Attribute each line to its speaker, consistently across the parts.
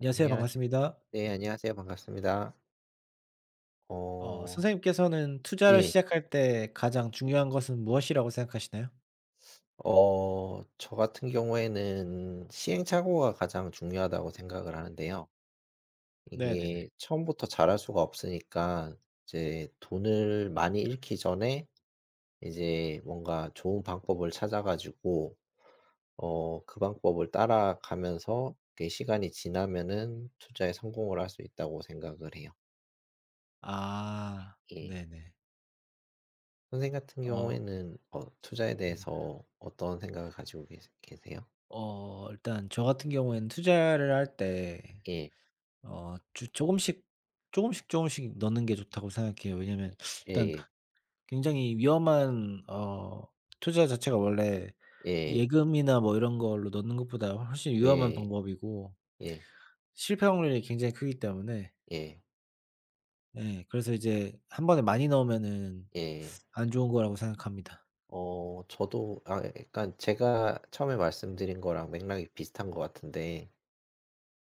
Speaker 1: 안녕하세요.
Speaker 2: 안녕하세요.
Speaker 1: 반갑습니다.
Speaker 2: 네, 안녕하세요. 반갑습니다. 어
Speaker 1: 선생님께서는 투자를
Speaker 2: 예.
Speaker 1: 시작할 때 가장 중요한 것은 무엇이라고 생각하시나요?
Speaker 2: 저 같은 경우에는 시행착오가 가장 중요하다고 생각을 하는데요. 이게
Speaker 1: 네네네.
Speaker 2: 처음부터 잘할 수가 없으니까 이제 돈을 많이 잃기 전에 이제 뭔가 좋은 방법을 찾아 가지고 그 방법을 따라가면서 그 시간이 지나면은 투자에 성공을 할 수 있다고 생각을 해요.
Speaker 1: 아
Speaker 2: 예.
Speaker 1: 네네.
Speaker 2: 선생님 같은
Speaker 1: 어
Speaker 2: 경우에는 투자에
Speaker 1: 네.
Speaker 2: 대해서 어떤 생각을 가지고 계세요?
Speaker 1: 일단 저 같은 경우에는 투자를 할 때
Speaker 2: 예.
Speaker 1: 어 주 조금씩, 조금씩, 조금씩 넣는 게 좋다고 생각해요. 왜냐면 일단
Speaker 2: 예예.
Speaker 1: 굉장히 위험한 투자 자체가 원래
Speaker 2: 예.
Speaker 1: 예금이나 뭐 이런 걸로 넣는 것보다 훨씬 위험한
Speaker 2: 예.
Speaker 1: 방법이고
Speaker 2: 예.
Speaker 1: 실패 확률이 굉장히 크기 때문에.
Speaker 2: 예.
Speaker 1: 예. 그래서 이제 한 번에 많이 넣으면은
Speaker 2: 예.
Speaker 1: 안 좋은 거라고 생각합니다.
Speaker 2: 저도 약간 제가 처음에 말씀드린 거랑 맥락이 비슷한 것 같은데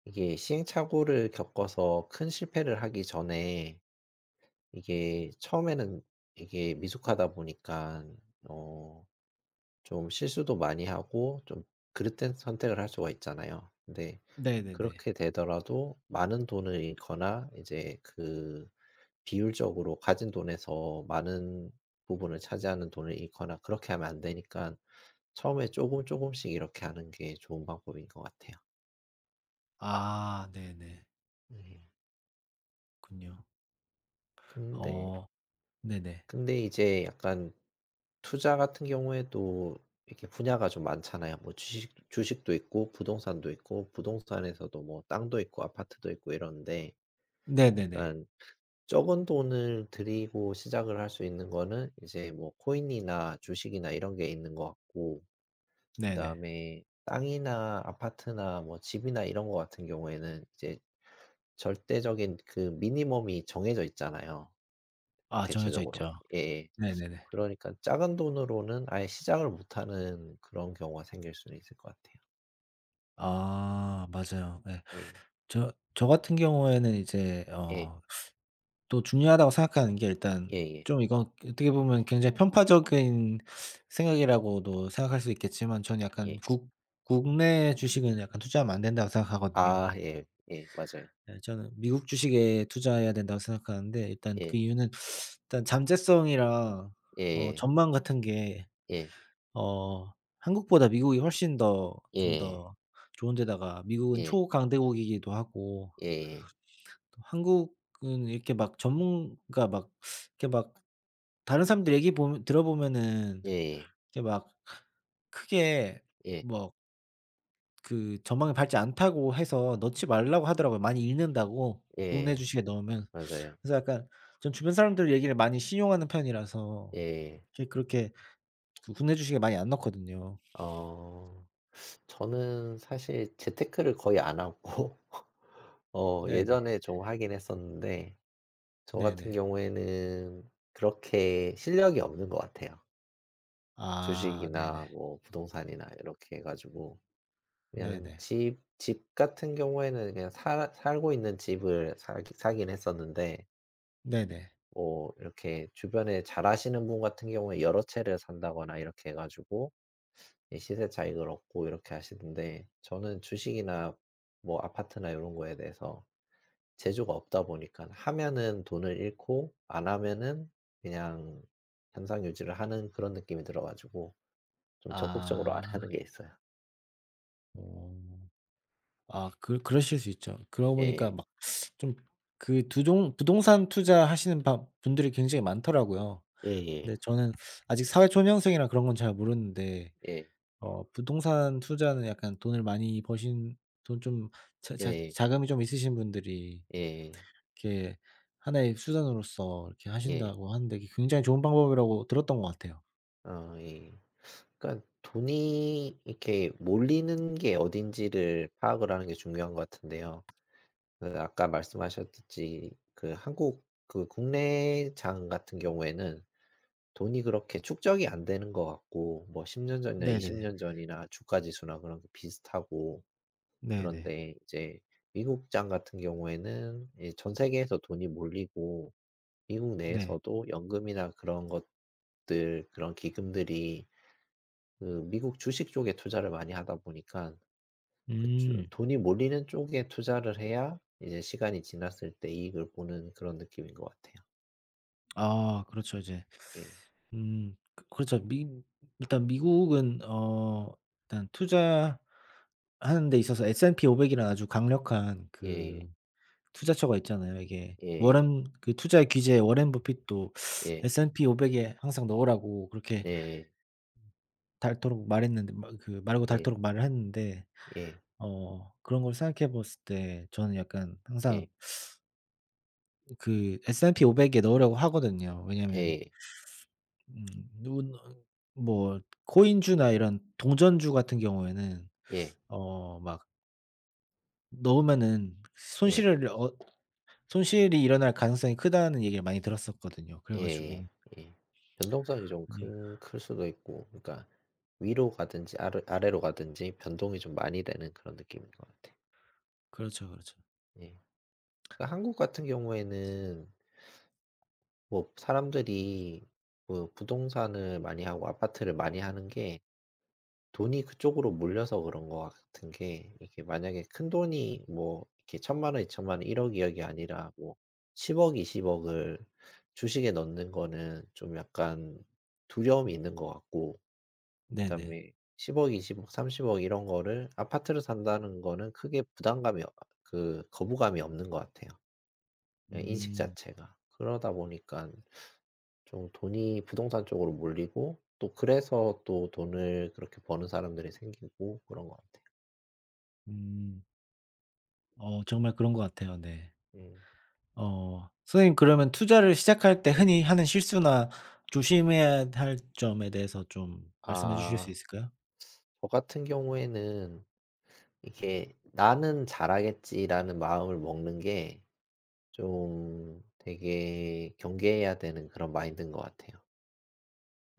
Speaker 2: 이게 시행착오를 겪어서 큰 실패를 하기 전에 이게 처음에는 이게 미숙하다 보니까 어 좀 실수도 많이 하고 좀 그릇된 선택을 할 수가 있잖아요. 근데
Speaker 1: 네네네.
Speaker 2: 그렇게 되더라도 많은 돈을 잃거나 이제 그 비율적으로 가진 돈에서 많은 부분을 차지하는 돈을 잃거나 그렇게 하면 안 되니까 처음에 조금씩 이렇게 하는 게 좋은 방법인 것 같아요.
Speaker 1: 아 네네.
Speaker 2: 음.
Speaker 1: 군요.
Speaker 2: 근데
Speaker 1: 어 네네.
Speaker 2: 근데 이제 약간 투자 같은 경우에도 이렇게 분야가 좀 많잖아요. 뭐 주식도 있고 부동산도 있고 부동산에서도 뭐 땅도 있고 아파트도 있고 이런데
Speaker 1: 네네네.
Speaker 2: 약간 적은 돈을 들이고 시작을 할 수 있는 거는 이제 뭐 코인이나 주식이나 이런 게 있는 것 같고
Speaker 1: 네네.
Speaker 2: 그다음에 땅이나 아파트나 뭐 집이나 이런 거 같은 경우에는 이제 절대적인 그 미니멈이 정해져 있잖아요,
Speaker 1: 아 정해져
Speaker 2: 대체적으로.
Speaker 1: 있죠.
Speaker 2: 예.
Speaker 1: 네네네.
Speaker 2: 그러니까 작은 돈으로는 아예 시작을 못 하는 그런 경우가 생길 수는 있을 것 같아요.
Speaker 1: 아 맞아요. 예.
Speaker 2: 예.
Speaker 1: 저 같은 경우에는 이제
Speaker 2: 예.
Speaker 1: 또 중요하다고 생각하는 게 일단
Speaker 2: 예예.
Speaker 1: 좀 이건 어떻게 보면 굉장히 편파적인 생각이라고도 생각할 수 있겠지만 저는
Speaker 2: 예.
Speaker 1: 약간
Speaker 2: 예.
Speaker 1: 국 국내 주식은 약간 투자하면 안 된다고 생각하거든요.
Speaker 2: 아, 예. 예. 맞아요.
Speaker 1: 네, 저는 미국 주식에 투자해야 된다고 생각하는데 일단 그
Speaker 2: 예.
Speaker 1: 이유는 일단 잠재성이랑
Speaker 2: 예, 예.
Speaker 1: 전망 같은 게
Speaker 2: 예.
Speaker 1: 어 한국보다 미국이 훨씬 더 좀
Speaker 2: 예.
Speaker 1: 더 좋은 데다가 미국은
Speaker 2: 예.
Speaker 1: 초강대국이기도 하고,
Speaker 2: 예예.
Speaker 1: 한국은 이렇게 막 전문가 막 이렇게 막 다른 사람들 얘기 보면 들어보면은
Speaker 2: 예예.
Speaker 1: 이렇게 막 크게
Speaker 2: 예.
Speaker 1: 뭐 그 전망이 밝지 않다고 해서 넣지 말라고 하더라고요. 많이 잃는다고 국내
Speaker 2: 예.
Speaker 1: 주식에 넣으면.
Speaker 2: 맞아요.
Speaker 1: 그래서 약간 전 주변 사람들 얘기를 많이 신용하는 편이라서
Speaker 2: 예.
Speaker 1: 이렇게 그렇게 그 국내 주식에 많이 안 넣거든요.
Speaker 2: 어 저는 사실 재테크를 거의 안 하고
Speaker 1: 네네.
Speaker 2: 예전에 좀 하긴 했었는데 저 같은
Speaker 1: 네네.
Speaker 2: 경우에는 그렇게 실력이 없는 것 같아요.
Speaker 1: 아 네네.
Speaker 2: 주식이나 뭐 부동산이나 이렇게 해 가지고 그냥
Speaker 1: 네네.
Speaker 2: 집 같은 경우에는 그냥 살 살고 있는 집을 사기 사긴 했었는데
Speaker 1: 네네.
Speaker 2: 뭐 이렇게 주변에 잘하시는 분 같은 경우에 여러 채를 산다거나 이렇게 해 가지고 이 시세 차익을 얻고 이렇게 하시는데 저는 주식이나 뭐 아파트나 이런 거에 대해서 재주가 없다 보니까 하면은 돈을 잃고 안 하면은 그냥 현상 유지를 하는 그런 느낌이 들어 가지고 좀 적극적으로 안
Speaker 1: 아.
Speaker 2: 하는 게 있어요.
Speaker 1: 어. 아 그 그러실 수 있죠. 그러고 보니까
Speaker 2: 예.
Speaker 1: 막 좀 그 두종 부동산 투자하시는 바 분들이 굉장히 많더라고요.
Speaker 2: 예예.
Speaker 1: 근데 저는 아직 사회초년생이라 그런 건 잘 모르는데
Speaker 2: 예.
Speaker 1: 부동산 투자는 약간 돈을 많이 버신 돈 좀 자
Speaker 2: 예.
Speaker 1: 자
Speaker 2: 예.
Speaker 1: 자금이 좀 있으신 분들이
Speaker 2: 예.
Speaker 1: 이렇게 하나의 수단으로서 이렇게
Speaker 2: 예.
Speaker 1: 하신다고 하는데 이게 굉장히 좋은 방법이라고 들었던 것 같아요.
Speaker 2: 어 예. 그러니까 돈이 이렇게 몰리는 게 어딘지를 파악을 하는 게 중요한 것 같은데요. 그 아까 말씀하셨듯이 그 한국 그 국내장 같은 경우에는 돈이 그렇게 축적이 안 되는 것 같고 뭐 10년 전이나 20
Speaker 1: 네네네.
Speaker 2: 년 전이나 주가 지수나 그런 게 비슷하고
Speaker 1: 네네.
Speaker 2: 그런데 이제 미국장 같은 경우에는 이 전 세계에서 돈이 몰리고 미국
Speaker 1: 네.
Speaker 2: 내에서도 연금이나 그런 것들 그런 기금들이 그 미국 주식 쪽에 투자를 많이 하다 보니까 그쵸.
Speaker 1: 음.
Speaker 2: 돈이 몰리는 쪽에 투자를 해야 이제 시간이 지났을 때 이익을 보는 그런 느낌인 것 같아요.
Speaker 1: 아 그렇죠. 이제.
Speaker 2: 예.
Speaker 1: 음. 그렇죠. 미 일단 미국은 일단 투자하는 데 있어서 S&P 500 이라는 아주 강력한
Speaker 2: 예예.
Speaker 1: 그 투자처가 있잖아요. 이게 워
Speaker 2: 예.
Speaker 1: 렌 그 투자의 제재 워렌 버핏도 S&P 500에 항상 넣으라고 그렇게
Speaker 2: 예.
Speaker 1: 닳도록 말했는데 마 그 말고
Speaker 2: 예, 예.
Speaker 1: 닳도록 말을 했는데.
Speaker 2: 예.
Speaker 1: 그런 걸 생각해 봤을 때 저는 약간
Speaker 2: 예. 예.
Speaker 1: 항상 그 S&P 500에 넣으려고 하거든요.
Speaker 2: 예,
Speaker 1: 왜냐면
Speaker 2: 예.
Speaker 1: 음 누 뭐 코인주나 이런 동전주 같은 경우에는
Speaker 2: 예. 예.
Speaker 1: 막 넣으면은
Speaker 2: 예, 예. 예.
Speaker 1: 손실을 어 손실이 일어날 가능성이 크다는 얘기를 많이 들었었거든요. 그래
Speaker 2: 예,
Speaker 1: 가지고.
Speaker 2: 예. 변동성이 좀
Speaker 1: 네.
Speaker 2: 큰 클 수도 있고 그러니까 위로 가든지 아래로 가든지 변동이 좀 많이 되는 그런 느낌인 것 같아요.
Speaker 1: 그렇죠, 그렇죠.
Speaker 2: 예. 그러니까 한국 같은 경우에는 뭐 사람들이 뭐 부동산을 많이 하고 아파트를 많이 하는 게 돈이 그쪽으로 몰려서 그런 것 같은 게 이게 만약에 큰돈이 뭐 이렇게 1,000만 원, 2,000만 원, 1억 이억이 아니라 뭐 10억, 20억 을 주식에 넣는 거는 좀 약간 두려움이 있는 것 같고
Speaker 1: 네네.
Speaker 2: 그다음에 10억, 20억, 30억 이런 거를 아파트를 산다는 거는 크게 부담감이 그 거부감이 없는 것 같아요, 그냥 인식
Speaker 1: 음.
Speaker 2: 자체가. 그러다 보니까 좀 돈이 부동산 쪽으로 몰리고 또 그래서 또 돈을 그렇게 버는 사람들이 생기고 그런 것 같아요.
Speaker 1: 음. 정말 그런 것 같아요. 네.
Speaker 2: 음.
Speaker 1: 선생님, 그러면 투자를 시작할 때 흔히 하는 실수나 조심해야 할 점에 대해서 좀 말씀해 주실 수
Speaker 2: 아.
Speaker 1: 있을까요?
Speaker 2: 저 같은 경우에는 이게 '나는 잘하겠지.'라는 마음을 먹는 게 좀 되게 경계해야 되는 그런 마인드인 것 같아요.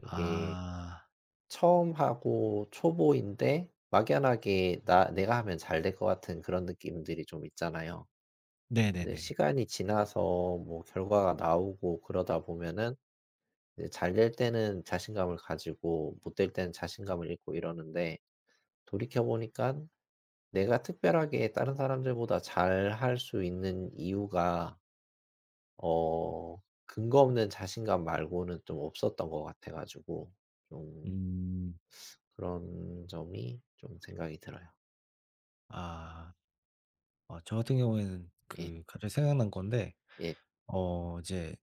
Speaker 2: 이게
Speaker 1: 아.
Speaker 2: 처음 하고 초보인데 막연하게 나 '내가 하면 잘 될 것 같은 그런 느낌들이 좀 있잖아요. 근데
Speaker 1: 네네네.
Speaker 2: 시간이 지나서 뭐 결과가 나오고 그러다 보면은 잘 될 때는 자신감을 가지고 못 될 때는 자신감을 잃고 이러는데 돌이켜 보니까 내가 특별하게 다른 사람들보다 잘할 수 있는 이유가 어 근거 없는 자신감 말고는 좀 없었던 것 같아 가지고 좀
Speaker 1: 음.
Speaker 2: 그런 점이 좀 생각이 들어요.
Speaker 1: 아. 저 같은 경우에는
Speaker 2: 예.
Speaker 1: 그 갑자기 생각난 건데
Speaker 2: 예.
Speaker 1: 이제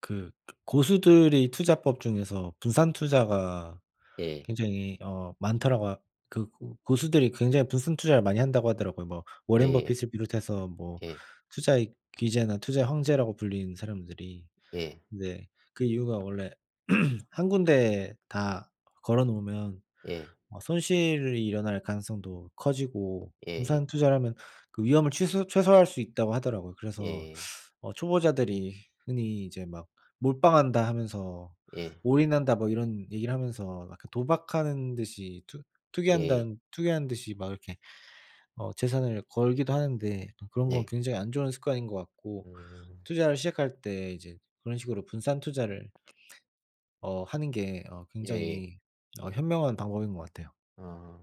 Speaker 1: 그 고수들이 투자법 중에서 분산 투자가
Speaker 2: 예.
Speaker 1: 굉장히 많더라고 하 그 고 고수들이 굉장히 분산 투자를 많이 한다고 하더라고요. 뭐 워렌
Speaker 2: 예예.
Speaker 1: 버핏을 비롯해서 뭐
Speaker 2: 예.
Speaker 1: 투자의 귀재나 투자의 황제라고 불리는 사람들이.
Speaker 2: 예.
Speaker 1: 근데 그 이유가 원래 한 군데에 다 걸어 놓으면 손실이 일어날 가능성도 커지고
Speaker 2: 예.
Speaker 1: 분산 투자를 하면 그 위험을 취소 최소화할 수 있다고 하더라고요.
Speaker 2: 예.
Speaker 1: 그래서
Speaker 2: 예.
Speaker 1: 초보자들이 흔히 이제 막 "몰빵한다." 하면서
Speaker 2: 예.
Speaker 1: "올인한다." 뭐 이런 얘기를 하면서 약간 도박하는 듯이 투
Speaker 2: 예.
Speaker 1: 투기한다는 투기하는 듯이 막 이렇게 재산을 걸기도 하는데 그런 건
Speaker 2: 네.
Speaker 1: 굉장히 안 좋은 습관인 것 같고,
Speaker 2: 음.
Speaker 1: 투자를 시작할 때 이제 그런 식으로 분산 투자를 하는 게
Speaker 2: 예예.
Speaker 1: 굉장히 현명한 방법인 것 같아요.
Speaker 2: 아.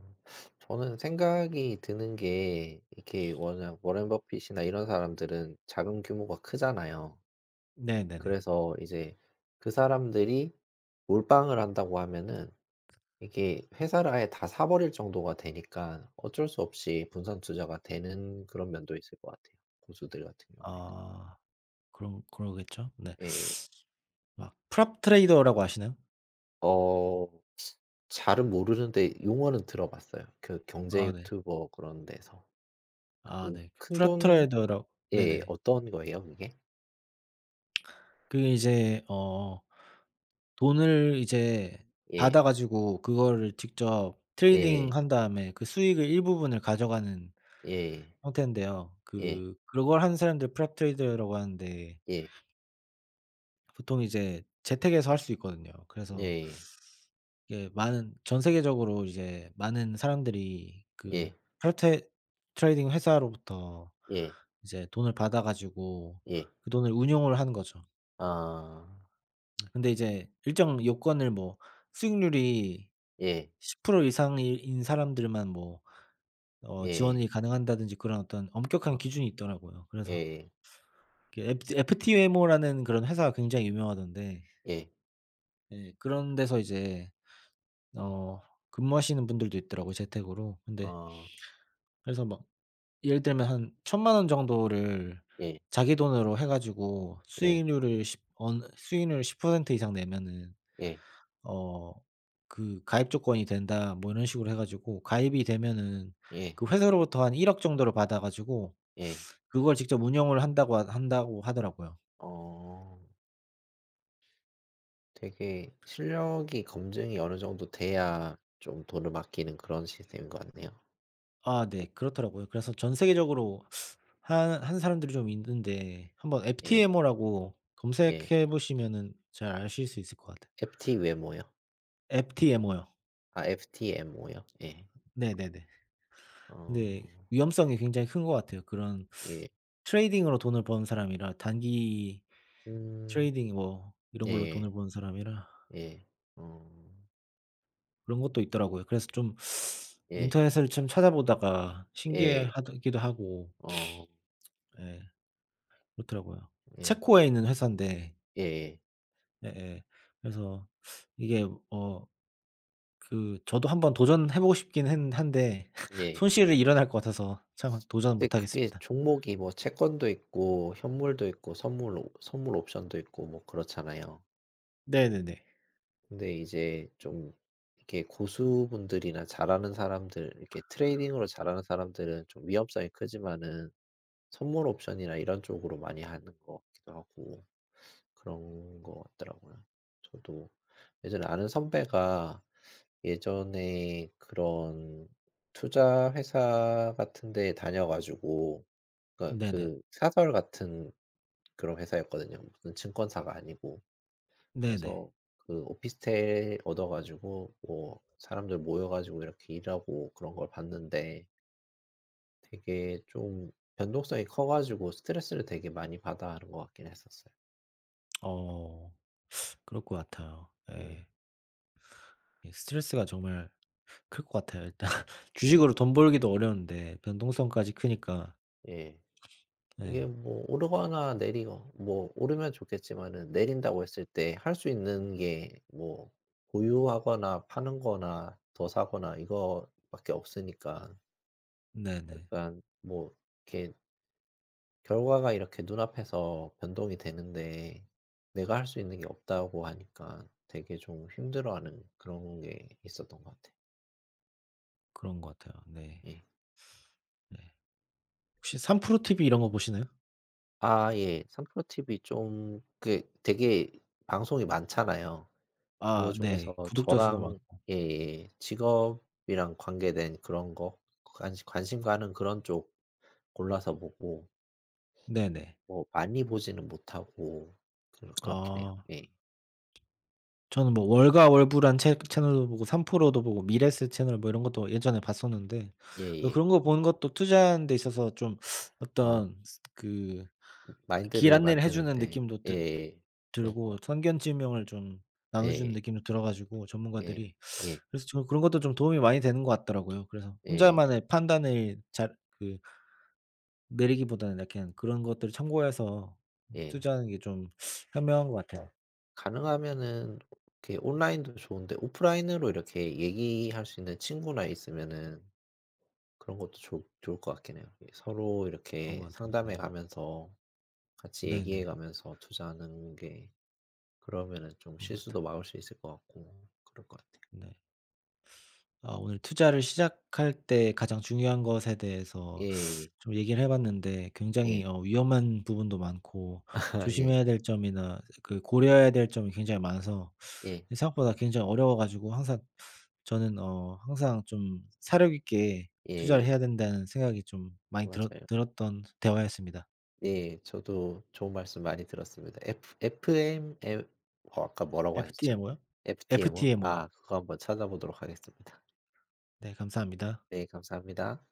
Speaker 2: 저는 생각이 드는 게 이렇게 워낙 워렌 버핏이나 이런 사람들은 작은 규모가 크잖아요.
Speaker 1: 네네네.
Speaker 2: 그래서 이제 그 사람들이 몰빵을 한다고 하면은 이게 회사를 아예 다 사 버릴 정도가 되니까 어쩔 수 없이 분산 투자가 되는 그런 면도 있을 것 같아요, 고수들 같은 경우에는.
Speaker 1: 아 그런 그러겠죠. 네.
Speaker 2: 예.
Speaker 1: 막 프랍 트레이더라고 아시나요?
Speaker 2: 어 잘은 모르는데 용어는 들어봤어요. 그 경제
Speaker 1: 아 네.
Speaker 2: 유튜버 그런 데서.
Speaker 1: 아
Speaker 2: 그
Speaker 1: 네. 프랍
Speaker 2: 큰돈.
Speaker 1: 트레이더라고.
Speaker 2: 예,
Speaker 1: 네네.
Speaker 2: 어떤 거예요 그게?
Speaker 1: 그게 이제 돈을 이제
Speaker 2: 예.
Speaker 1: 받아 가지고 그거를 직접
Speaker 2: 예.
Speaker 1: 트레이딩한 다음에 그 수익의 일부분을 가져가는
Speaker 2: 예.
Speaker 1: 형태인데요.
Speaker 2: 예.
Speaker 1: 그걸 하는 사람들 prop trader라고 하는데
Speaker 2: 예.
Speaker 1: 보통 이제 재택에서 할 수 있거든요.
Speaker 2: 예,
Speaker 1: 그래서
Speaker 2: 예.
Speaker 1: 이게 많은 전 세계적으로 이제 많은 사람들이 그
Speaker 2: 예.
Speaker 1: prop tra trading 회사로부터
Speaker 2: 예.
Speaker 1: 이제 돈을 받아 가지고
Speaker 2: 예.
Speaker 1: 그 돈을 운용을 하는 거죠.
Speaker 2: 아.
Speaker 1: 근데 이제 일정 요건을, 뭐 수익률이
Speaker 2: 예.
Speaker 1: 10% 이상인 사람들만, 뭐 지원이
Speaker 2: 예.
Speaker 1: 가능한다든지 그런 어떤 엄격한
Speaker 2: 어.
Speaker 1: 기준이 있더라고요.
Speaker 2: 예,
Speaker 1: 그래서
Speaker 2: 예.
Speaker 1: 그 FT FT웨모라는 그런 회사가 굉장히 유명하던데, 예 그런 데서 이제 어 근무하시는 분들도 있더라고요, 재택으로. 근데
Speaker 2: 어.
Speaker 1: 그래서 막 예를 들면 한 천만원 정도를
Speaker 2: 예.
Speaker 1: 자기 돈으로 해 가지고
Speaker 2: 예.
Speaker 1: 수익률 10% 이상 내면은
Speaker 2: 예.
Speaker 1: 어 그 가입 조건이 된다, 뭐 이런 식으로 해 가지고 가입이 되면은
Speaker 2: 예.
Speaker 1: 그 회사로부터 한 1억 정도를 받아 가지고
Speaker 2: 예.
Speaker 1: 그걸 직접 운영을 한다고 하더라고요.
Speaker 2: 어 되게 실력이 검증이 어느 정도 돼야 좀 돈을 맡기는 그런 시스템인 것 같네요.
Speaker 1: 아 네. 그렇더라고요. 그래서 전 세계적으로 한 사람들이 좀 있는데, 한번
Speaker 2: 예.
Speaker 1: FTMO라고
Speaker 2: 예.
Speaker 1: 검색해 보시면은 잘 아실 수 있을 것 같아요.
Speaker 2: FT 외모요?
Speaker 1: FTMO요.
Speaker 2: 아, FTM 모요. 예.
Speaker 1: 네네네. 근데
Speaker 2: 어.
Speaker 1: 위험성이 굉장히 큰 것 같아요. 그런
Speaker 2: 예.
Speaker 1: 트레이딩으로 돈을 버는 사람이라, 단기
Speaker 2: 음.
Speaker 1: 트레이딩 뭐 이런 걸로 돈을
Speaker 2: 예예.
Speaker 1: 버는 사람이라
Speaker 2: 예. 어.
Speaker 1: 그런 것도 있더라고요. 그래서 좀
Speaker 2: 예.
Speaker 1: 인터넷을 좀 찾아보다가
Speaker 2: 예.
Speaker 1: 신기해 하기도 하고.
Speaker 2: 어.
Speaker 1: 예 그렇더라고요.
Speaker 2: 예.
Speaker 1: 체코에 있는 회사인데.
Speaker 2: 예예.
Speaker 1: 예예. 그래서 이게 어 그 저도 한번 도전해 보고 싶긴 했는 한데
Speaker 2: 예. 예.
Speaker 1: 손실이 일어날 것 같아서 차마 도전
Speaker 2: 근데
Speaker 1: 못
Speaker 2: 그게
Speaker 1: 하겠습니다.
Speaker 2: 종목이 뭐 채권도 있고 현물도 있고 선물 옵션도 있고 뭐 그렇잖아요.
Speaker 1: 네네네.
Speaker 2: 근데 이제 좀 이렇게 고수분들이나 잘하는 사람들 이렇게 트레이딩으로 잘하는 사람들은 좀 위험성이 크지만은 선물 옵션이나 이런 쪽으로 많이 하는 것 같기도 하고 그런 것 같더라고요. 저도 예전에 아는 선배가 예전에 그런 투자 회사 같은 데 다녀 가지고 그러니까
Speaker 1: 네네.
Speaker 2: 그 사설 같은 그런 회사였거든요. 무슨 증권사가 아니고.
Speaker 1: 네네.
Speaker 2: 그래서 그 오피스텔 얻어 가지고 뭐 사람들 모여 가지고 이렇게 일하고 그런 걸 봤는데 되게 좀 변동성이 커 가지고 스트레스를 되게 많이 받아 하는 것 같긴 했었어요.
Speaker 1: 어 그럴 것 같아요.
Speaker 2: 예.
Speaker 1: 예. 이 스트레스가 정말 클 것 같아요. 일단 주식으로 돈 벌기도 어려운데 변동성까지 크니까.
Speaker 2: 예. 이게
Speaker 1: 네.
Speaker 2: 뭐 오르거나 내리거 뭐 오르면 좋겠지만은 내린다고 했을 때 할 수 있는 게 뭐 보유하거나 파는 거나 더 사거나 이거 밖에 없으니까
Speaker 1: 네네.
Speaker 2: 약간 뭐 이렇게 결과가 이렇게 눈앞에서 변동이 되는데 내가 할 수 있는 게 없다고 하니까 되게 좀 힘들어하는 그런 게 있었던 것 같아요.
Speaker 1: 그런 것 같아요. 네.
Speaker 2: 예.
Speaker 1: 네. 혹시 삼프로 TV 이런 거 보시나요?
Speaker 2: 아, 예. 삼프로 TV 좀 그 되게 방송이 많잖아요. 그거
Speaker 1: 아 네.
Speaker 2: 중에서
Speaker 1: 구독자 수도 많
Speaker 2: 저랑 예예 직업이랑 관계된 그런 거 관시 관심 가는 그런 쪽 골라서 보고
Speaker 1: 네네.
Speaker 2: 뭐 많이 보지는 못하고 그렇긴 해요.
Speaker 1: 아,
Speaker 2: 예.
Speaker 1: 저는 뭐 월가월부란 채 채널도 보고 삼프로도 보고 미래세 채널 뭐 이런 것도 예전에 봤었는데
Speaker 2: 예예.
Speaker 1: 그런 거 보는 것도 투자하는 데 있어서 좀
Speaker 2: 아.
Speaker 1: 어떤 그 길
Speaker 2: 마인드를
Speaker 1: 안내를 해 주는
Speaker 2: 만드는데
Speaker 1: 느낌도 드
Speaker 2: 예예. 그런
Speaker 1: 들고
Speaker 2: 것
Speaker 1: 선견지명을 좀 나눠주는
Speaker 2: 예예.
Speaker 1: 느낌도 들어 가지고
Speaker 2: 예.
Speaker 1: 전문가들이.
Speaker 2: 예.
Speaker 1: 그래서 저 그런 것도 좀 도움이 많이 되는 것 같더라고요. 그래서
Speaker 2: 예. 예.
Speaker 1: 혼자만의 판단을 잘그 내리기보다는 약간 그런 것들을 참고해서
Speaker 2: 예.
Speaker 1: 투자하는 게 좀 현명한 것 같아요.
Speaker 2: 가능하면은 이렇게 온라인도 좋은데 오프라인으로 이렇게 얘기할 수 있는 친구나 있으면은 그런 것도 좋 좋을 것 같긴 해요. 예, 서로
Speaker 1: 그런
Speaker 2: 이렇게
Speaker 1: 것 같아요.
Speaker 2: 상담해
Speaker 1: 네네.
Speaker 2: 가면서 같이 얘기해
Speaker 1: 네네.
Speaker 2: 가면서 투자하는 게 그러면은 좀
Speaker 1: 그런 것
Speaker 2: 실수도
Speaker 1: 같아요.
Speaker 2: 막을 수 있을 것 같고 그럴 것 같아요.
Speaker 1: 네. 아 오늘 투자를 시작할 때 가장 중요한 것에 대해서
Speaker 2: 예예.
Speaker 1: 좀 얘기를 해 봤는데
Speaker 2: 예. 예.
Speaker 1: 굉장히 위험한 부분도 많고,
Speaker 2: 아, 예.
Speaker 1: 조심해야 될 점이나 그 고려해야 될 점이 굉장히 많아서 생각보다 굉장히 어려워 가지고, 항상 저는 항상 좀 '사려 있게 투자를
Speaker 2: 예예.
Speaker 1: 해야 된다.'는 생각이 좀 많이
Speaker 2: 맞아요.
Speaker 1: 들었던 대화였습니다.
Speaker 2: 예. 저도 좋은 말씀 많이 들었습니다. FFM. 아까 뭐라고 하셨죠?
Speaker 1: FTMO요?
Speaker 2: FTMO?
Speaker 1: FTMO요.
Speaker 2: 아, 그거 한번 찾아보도록 하겠습니다.
Speaker 1: 네 감사합니다.
Speaker 2: 네, 감사합니다.